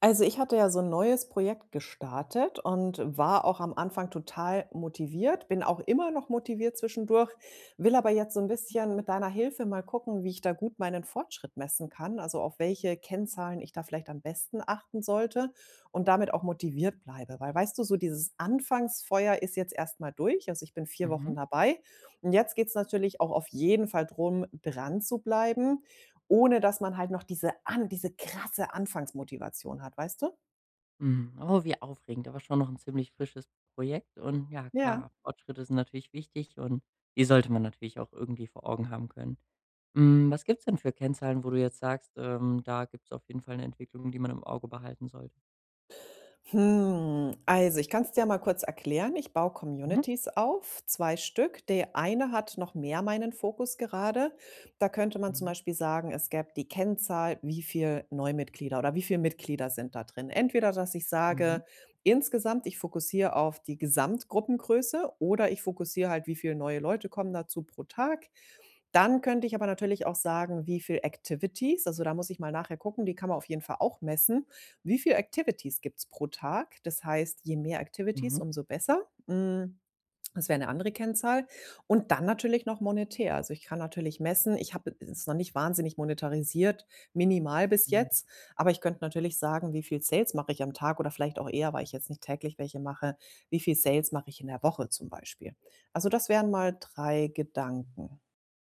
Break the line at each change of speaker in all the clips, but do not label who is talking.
Also, ich hatte ja so ein neues Projekt gestartet und war auch am Anfang total motiviert, bin auch immer noch motiviert zwischendurch, will aber jetzt so ein bisschen mit deiner Hilfe mal gucken, wie ich da gut meinen Fortschritt messen kann, also, auf welche Kennzahlen ich da vielleicht am besten achten sollte und damit auch motiviert bleibe. Weil weißt du, so dieses Anfangsfeuer ist jetzt erst mal durch. Also, ich bin 4 Wochen
Mhm.
dabei und jetzt geht's natürlich auch auf jeden Fall darum, dran zu bleiben, ohne dass man halt noch diese an diese krasse Anfangsmotivation hat, weißt du?
Mhm. Oh, wie aufregend, aber schon noch ein ziemlich frisches Projekt und ja
Ja.
klar, Fortschritte sind natürlich wichtig und die sollte man natürlich auch irgendwie vor Augen haben können. Hm, was gibt's denn für Kennzahlen, wo du jetzt sagst, da gibt's auf jeden Fall eine Entwicklung, die man im Auge behalten sollte?
Hm, also ich kann es dir mal kurz erklären. Ich baue
Mhm.
Communities auf, 2 Stück. Der eine hat noch mehr meinen Fokus gerade. Da könnte man zum
Mhm.
Beispiel sagen, es gäbe die Kennzahl, wie viel Neumitglieder oder wie viele Mitglieder sind da drin. Entweder, dass ich
Mhm.
sage, insgesamt, ich fokussiere auf die Gesamtgruppengröße, oder ich fokussiere halt, wie viele neue Leute kommen dazu pro Tag. Dann könnte ich aber natürlich auch sagen, wie viel Activities, also da muss ich mal nachher gucken, die kann man auf jeden Fall auch messen. Wie viel Activities gibt's pro Tag? Das heißt, je mehr Activities,
Mhm.
umso besser. Das wäre eine andere Kennzahl. Und dann natürlich noch monetär. Also, ich kann natürlich messen, ich habe es noch nicht wahnsinnig monetarisiert, minimal bis
Mhm.
jetzt, aber ich könnte natürlich sagen, wie viel Sales mache ich am Tag, oder vielleicht auch eher, weil ich jetzt nicht täglich welche mache, wie viel Sales mache ich in der Woche zum Beispiel? Also, das wären mal 3 Gedanken.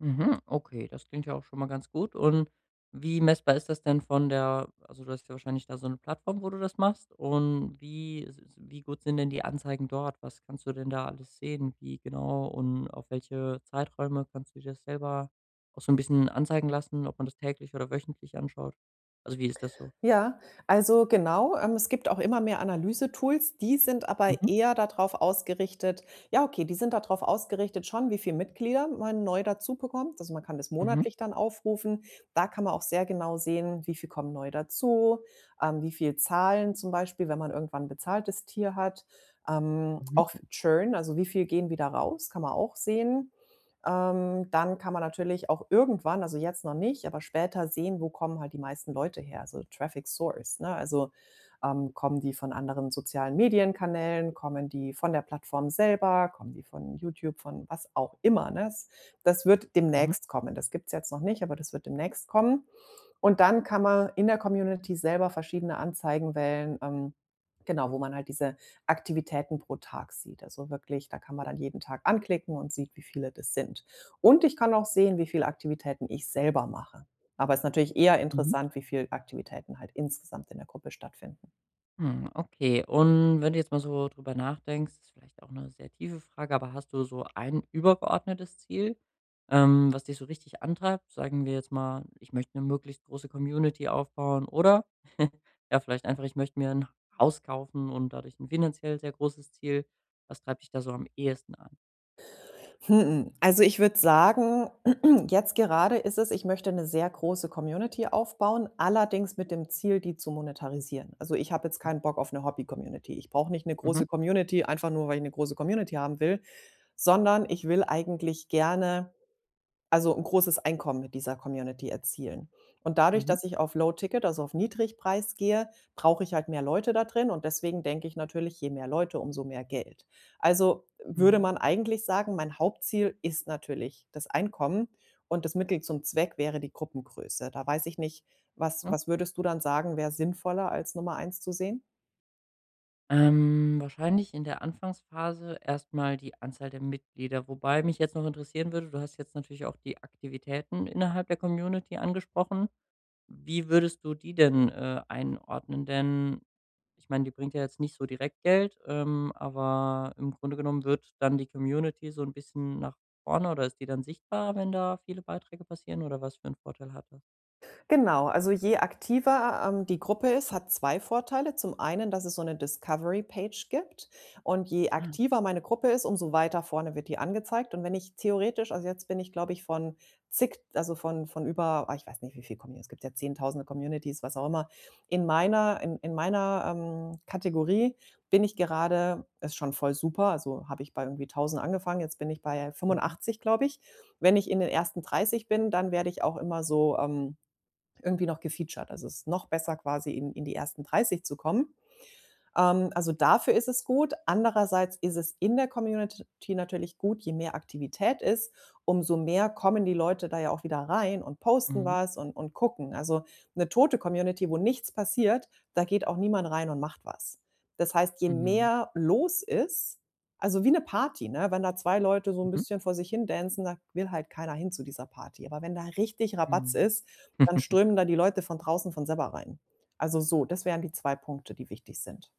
Mhm, okay, das klingt ja auch schon mal ganz gut. Und wie messbar ist das denn von der, also, du hast ja wahrscheinlich da so eine Plattform, wo du das machst, und wie s s wie gut sind denn die Anzeigen dort? Was kannst du denn da alles sehen? Wie genau und auf welche Zeiträume kannst du dir das selber auch so ein bisschen anzeigen lassen, ob man das täglich oder wöchentlich anschaut? Also, wie ist das so?
Ja, also genau, es gibt auch immer mehr Analysetools, die sind aber
Mhm,
eher darauf ausgerichtet, ja, okay, die sind darauf ausgerichtet schon, wie viel Mitglieder man neu dazu bekommt. Also, man kann das
mhm,
monatlich dann aufrufen. Da kann man auch sehr genau sehen, wie viel kommen neu dazu, wie viel zahlen zum Beispiel, wenn man irgendwann 'n bezahltes Tier hat.
mhm,
Auch Churn, also wie viel gehen wieder raus, kann man auch sehen. Dann kann man natürlich auch irgendwann, also jetzt noch nicht, aber später sehen, wo kommen halt die meisten Leute her, also Traffic Source, ne? Also, kommen die von anderen sozialen Medienkanälen, kommen die von der Plattform selber, kommen die von YouTube, von was auch immer, ne? Das wird
mhm,
demnächst kommen. Das gibt's jetzt noch nicht, aber das wird demnächst kommen. Und dann kann man in der Community selber verschiedene Anzeigen wählen, genau, wo man halt diese Aktivitäten pro Tag sieht. Also wirklich, da kann man dann jeden Tag anklicken und sieht, wie viele das sind. Und ich kann auch sehen, wie viele Aktivitäten ich selber mache. Aber es ist natürlich eher
mhm.
interessant, wie viele Aktivitäten halt insgesamt in der Gruppe stattfinden.
Hm, okay. Und wenn du jetzt mal so drüber nachdenkst, ist vielleicht auch eine sehr tiefe Frage, aber hast du so ein übergeordnetes Ziel, was dich so richtig antreibt? Sagen wir jetzt mal, ich möchte eine möglichst große Community aufbauen oder ja, vielleicht einfach, ich möchte mir ein Haus kaufen und dadurch ein finanziell sehr großes Ziel. Was treibt dich da so am ehesten an?
Also ich würde sagen, jetzt gerade ist es, ich möchte eine sehr große Community aufbauen, allerdings mit dem Ziel, die zu monetarisieren. Also, ich habe jetzt keinen Bock auf eine Hobby-Community. Ich brauche nicht eine
Mhm,
große Community, einfach nur, weil ich eine große Community haben will, sondern ich will eigentlich gerne, also, ein großes Einkommen mit dieser Community erzielen. Und dadurch,
mhm,
dass ich auf Low Ticket, also auf Niedrigpreis gehe, brauche ich halt mehr Leute da drin und deswegen denke ich natürlich, je mehr Leute, umso mehr Geld. Also würde
mhm.
man eigentlich sagen, mein Hauptziel ist natürlich das Einkommen und das Mittel zum Zweck wäre die Gruppengröße. Da weiß ich nicht, was würdest du dann sagen, wäre sinnvoller als Nummer eins zu sehen?
Wahrscheinlich in der Anfangsphase erstmal die Anzahl der Mitglieder, wobei mich jetzt noch interessieren würde. Du hast jetzt natürlich auch die Aktivitäten innerhalb der Community angesprochen. Wie würdest du die denn, einordnen? Denn ich meine, die bringt ja jetzt nicht so direkt Geld, aber im Grunde genommen wird dann die Community so ein bisschen nach vorne, oder ist die dann sichtbar, wenn da viele Beiträge passieren, oder was für einen Vorteil hat das?
Genau, also je aktiver, die Gruppe ist, hat 2 Vorteile. Zum einen, dass es so eine Discovery Page gibt, und je
Ah,
aktiver meine Gruppe ist, umso weiter vorne wird die angezeigt, und wenn ich theoretisch, also, jetzt bin ich, glaube ich, von zig, also, von über ich weiß nicht, wie viel Commu es gibt ja Zehntausende Communities, was auch immer. In meiner, in meiner Kategorie bin ich gerade, ist schon voll super, also, habe ich bei irgendwie 1.000 angefangen, jetzt bin ich bei
mhm.
85, glaube ich. Wenn ich in den ersten 30 bin, dann werde ich auch immer so, irgendwie noch gefeatured. Also es ist noch besser, quasi in die ersten 30 zu kommen. Also dafür ist es gut. Andererseits ist es in der Community natürlich gut, je mehr Aktivität ist, umso mehr kommen die Leute da ja auch wieder rein und posten
Mhm,
was und gucken. Also, eine tote Community, wo nichts passiert, da geht auch niemand rein und macht was. Das heißt, je
mhm,
mehr los ist, also wie eine Party, ne? Wenn da 2 Leute so ein
mhm,
bisschen vor sich hin dancen, da will halt keiner hin zu dieser Party. Aber wenn da richtig Rabatz
mhm.
ist, dann strömen da die Leute von draußen von selber rein. Also so, das wären die 2 Punkte, die wichtig sind.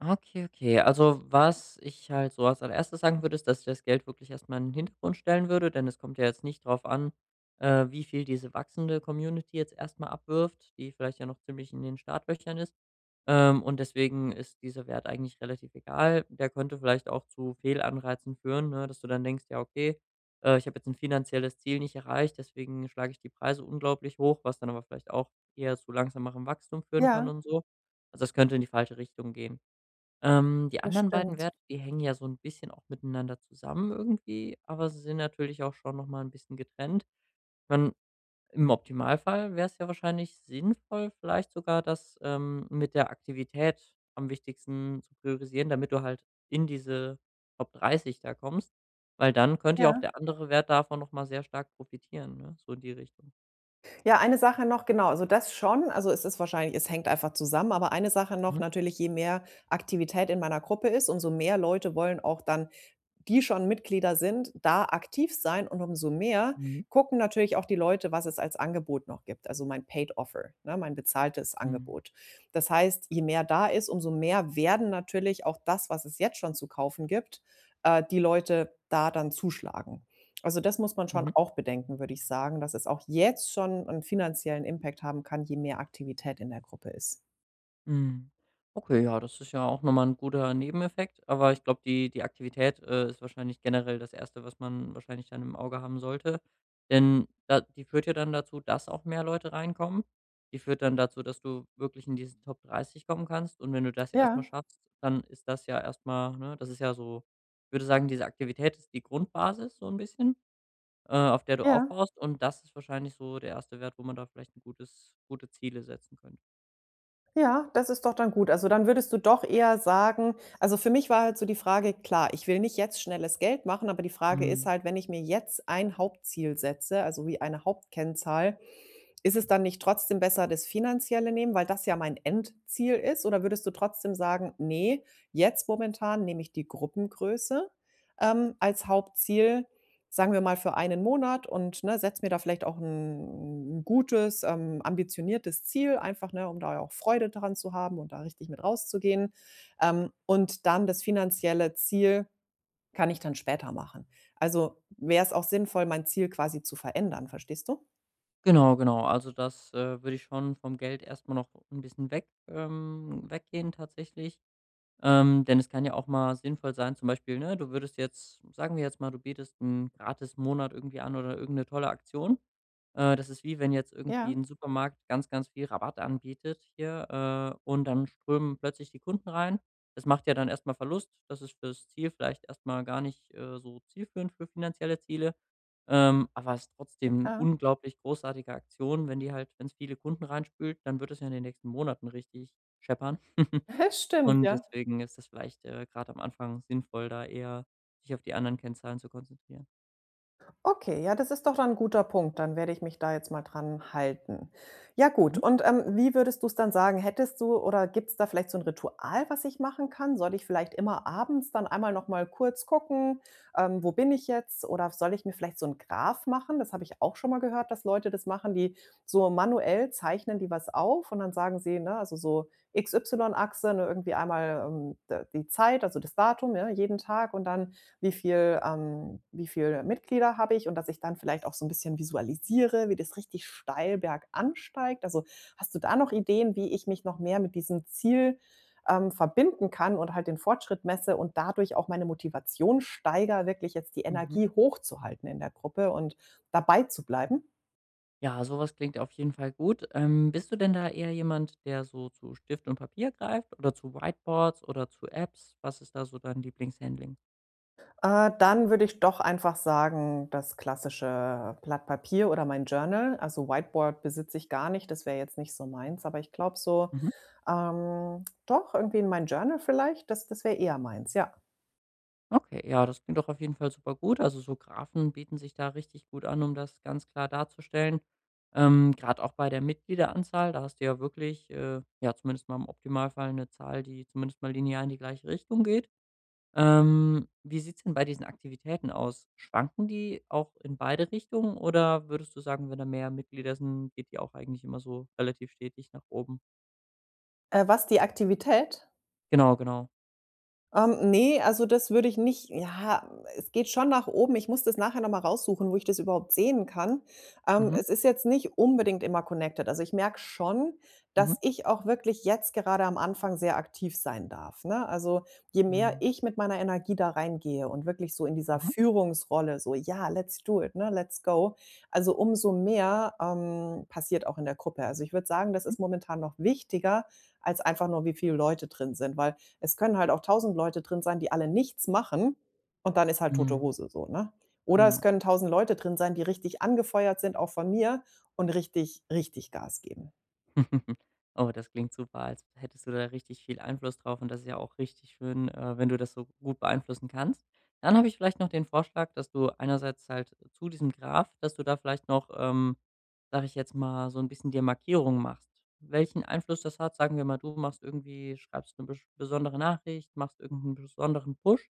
Okay, okay. Also, was ich halt so als allererstes sagen würde, ist, dass ich das Geld wirklich erst mal in den Hintergrund stellen würde, denn es kommt ja jetzt nicht drauf an, wie viel diese wachsende Community jetzt erst mal abwirft, die vielleicht ja noch ziemlich in den Startlöchern ist. Und deswegen ist dieser Wert eigentlich relativ egal. Der könnte vielleicht auch zu Fehlanreizen führen, ne, dass du dann denkst, ja, okay, ich habe jetzt ein finanzielles Ziel nicht erreicht, deswegen schlage ich die Preise unglaublich hoch, was dann aber vielleicht auch eher zu langsamerem Wachstum führen kann
Ja,
und so. Also, das könnte in die falsche Richtung gehen. Die
das
anderen beiden
stimmt.
Werte, die hängen ja so ein bisschen auch miteinander zusammen irgendwie, aber sie sind natürlich auch schon noch mal 'n bisschen getrennt. Man Im Optimalfall wäre es ja wahrscheinlich sinnvoll, vielleicht sogar das, mit der Aktivität am wichtigsten zu priorisieren, damit du halt in diese Top 30 da kommst, weil dann könnte ja auch
Ja.
der andere Wert davon noch mal sehr stark profitieren, ne? So in die Richtung.
Ja, eine Sache noch, genau, also das schon. Also, es ist wahrscheinlich, es hängt einfach zusammen, aber eine Sache noch
Mhm.
natürlich, je mehr Aktivität in meiner Gruppe ist, umso mehr Leute wollen auch dann, die schon Mitglieder sind, da aktiv sein, und umso mehr
Mhm.
gucken natürlich auch die Leute, was es als Angebot noch gibt, also mein Paid Offer, ne, mein bezahltes
Mhm.
Angebot. Das heißt, je mehr da ist, umso mehr werden natürlich auch das, was es jetzt schon zu kaufen gibt, die Leute da dann zuschlagen. Also das muss man schon
Mhm.
auch bedenken, würde ich sagen, dass es auch jetzt schon einen finanziellen Impact haben kann, je mehr Aktivität in der Gruppe ist.
Mhm. Okay, ja, das ist ja auch nochmal ein guter Nebeneffekt, aber ich glaube, die Aktivität, ist wahrscheinlich generell das Erste, was man wahrscheinlich dann im Auge haben sollte. Denn da die führt ja dann dazu, dass auch mehr Leute reinkommen. Die führt dann dazu, dass du wirklich in diesen Top 30 kommen kannst, und wenn du das ja erstmal
Ja,
schaffst, dann ist das ja erstmal, ne, das ist ja so. Ich würde sagen, diese Aktivität ist die Grundbasis so ein bisschen, auf der du
ja.
aufbaust, und das ist wahrscheinlich so der erste Wert, wo man da vielleicht ein gutes gute Ziele setzen könnte.
Ja, das ist doch dann gut. Also, dann würdest du doch eher sagen, also, für mich war halt so die Frage, klar, ich will nicht jetzt schnelles Geld machen, aber die Frage ist
Mhm.
halt, wenn ich mir jetzt ein Hauptziel setze, also wie eine Hauptkennzahl, ist es dann nicht trotzdem besser, das Finanzielle nehmen, weil das ja mein Endziel ist? Oder würdest du trotzdem sagen: nee, jetzt momentan nehme ich die Gruppengröße, als Hauptziel, sagen wir mal für einen Monat, und, ne, setze mir da vielleicht auch ein 'n gutes, ambitioniertes Ziel einfach, ne, um da ja auch Freude dran zu haben und da richtig mit rauszugehen. Und dann das finanzielle Ziel kann ich dann später machen.“ Also, wäre es auch sinnvoll, mein Ziel quasi zu verändern, verstehst du?
Genau, genau. Also das, würde ich schon vom Geld erstmal noch ein bisschen weg weggehen tatsächlich. Denn es kann ja auch mal sinnvoll sein, zum Beispiel, ne, du würdest jetzt, sagen wir jetzt mal, du bietest einen gratis Monat irgendwie an oder irgendeine tolle Aktion. Das ist, wie wenn jetzt irgendwie
Ja,
ein Supermarkt ganz, ganz viel Rabatt anbietet hier, und dann strömen plötzlich die Kunden rein. Das macht ja dann erst mal Verlust. Das ist fürs Ziel vielleicht erst mal gar nicht, so zielführend für finanzielle Ziele, aber es ist trotzdem 'ne
ja.
unglaublich großartige Aktion, wenn die halt, wenn es viele Kunden reinspült, dann wird es ja in den nächsten Monaten richtig scheppern.
Stimmt,
Und
ja.
deswegen ist das vielleicht, grad am Anfang sinnvoll, da eher sich auf die anderen Kennzahlen zu konzentrieren.
Okay, ja, das ist doch dann ein guter Punkt. Dann werde ich mich da jetzt mal dran halten. Ja gut,
Mhm.
und, wie würdest du es dann sagen? Hättest du, oder gibt es da vielleicht so ein Ritual, was ich machen kann? Soll ich vielleicht immer abends dann einmal noch mal kurz gucken: „Wo bin ich jetzt?“ Oder soll ich mir vielleicht so 'n Graph machen? Das habe ich auch schon mal gehört, dass Leute das machen, die so manuell zeichnen, die was auf, und dann sagen sie, ne, also so x y achse, ne, irgendwie einmal, d die Zeit, also das Datum, ja, jeden Tag, und dann wie viel Mitglieder habe ich, und dass ich dann vielleicht auch so ein bisschen visualisiere, wie das richtig steil bergan steigt. Also, hast du da noch Ideen, wie ich mich noch mehr mit diesem Ziel, verbinden kann und halt den Fortschritt messe und dadurch auch meine Motivation steiger, wirklich jetzt die
Mhm.
Energie hochzuhalten in der Gruppe und dabei zu bleiben?
Ja, sowas klingt auf jeden Fall gut. Bist du denn da eher jemand, der so zu Stift und Papier greift oder zu Whiteboards oder zu Apps? Was ist da so dein Lieblingshandling?
Dann würde ich doch einfach sagen, das klassische Blatt Papier oder mein Journal. Also Whiteboard besitze ich gar nicht, das wäre jetzt nicht so meins, aber ich glaube so,
Mhm.
doch, irgendwie in mein Journal vielleicht, das wäre eher meins, ja.
Okay, ja, das klingt doch auf jeden Fall super gut. Also, so Graphen bieten sich da richtig gut an, um das ganz klar darzustellen. Grad auch bei der Mitgliederanzahl, da hast du ja wirklich, ja, zumindest mal im Optimalfall eine Zahl, die zumindest mal linear in die gleiche Richtung geht. Wie sieht's denn bei diesen Aktivitäten aus? Schwanken die auch in beide Richtungen, oder würdest du sagen, wenn da mehr Mitglieder sind, geht die auch eigentlich immer so relativ stetig nach oben?
Was die Aktivität?
Genau, genau.
Ne, also das würde ich nicht, ja, es geht schon nach oben. Ich muss das nachher noch mal raussuchen, wo ich das überhaupt sehen kann.
Mhm,
Es ist jetzt nicht unbedingt immer connected. Also, ich merke schon,
mhm.
dass ich auch wirklich jetzt gerade am Anfang sehr aktiv sein darf, ne? Also, je mehr
Mhm.
ich mit meiner Energie da reingehe und wirklich so in dieser
Mhm.
Führungsrolle so: „Ja, let's do it, ne? Let's go.“ Also, umso mehr, passiert auch in der Gruppe. Also, ich würde sagen, das
Mhm.
ist momentan noch wichtiger als einfach nur, wie viele Leute drin sind, weil es können halt auch 1.000 Leute drin sein, die alle nichts machen, und dann ist halt tote
Mhm.
Hose so, ne? Oder es
Mhm.
können 1.000 Leute drin sein, die richtig angefeuert sind, auch von mir, und richtig, richtig Gas geben.
Oh, das klingt super, als hättest du da richtig viel Einfluss drauf, und das ist ja auch richtig schön, wenn du das so gut beeinflussen kannst. Dann habe ich vielleicht noch den Vorschlag, dass du einerseits halt zu diesem Graph, dass du da vielleicht noch, sage ich jetzt mal, so ein bisschen dir Markierungen machst. Welchen Einfluss das hat, sagen wir mal, du machst irgendwie schreibst eine besch besondere Nachricht, machst irgend 'n besonderen Push,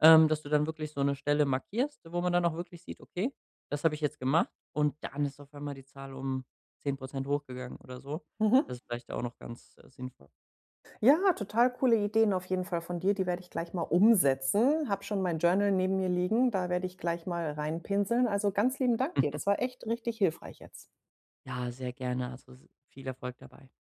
dass du dann wirklich so eine Stelle markierst, wo man dann auch wirklich sieht: „Okay, das habe ich jetzt gemacht“, und dann ist auf einmal die Zahl um 10% hochgegangen oder so.
Mhm.
Das ist vielleicht auch noch ganz, sinnvoll.
Ja, total coole Ideen auf jeden Fall von dir, die werde ich gleich mal umsetzen. Hab schon mein Journal neben mir liegen, da werde ich gleich mal reinpinseln. Also, ganz lieben Dank dir. Das war echt richtig hilfreich jetzt.
Ja, sehr gerne. Also, s viel Erfolg dabei.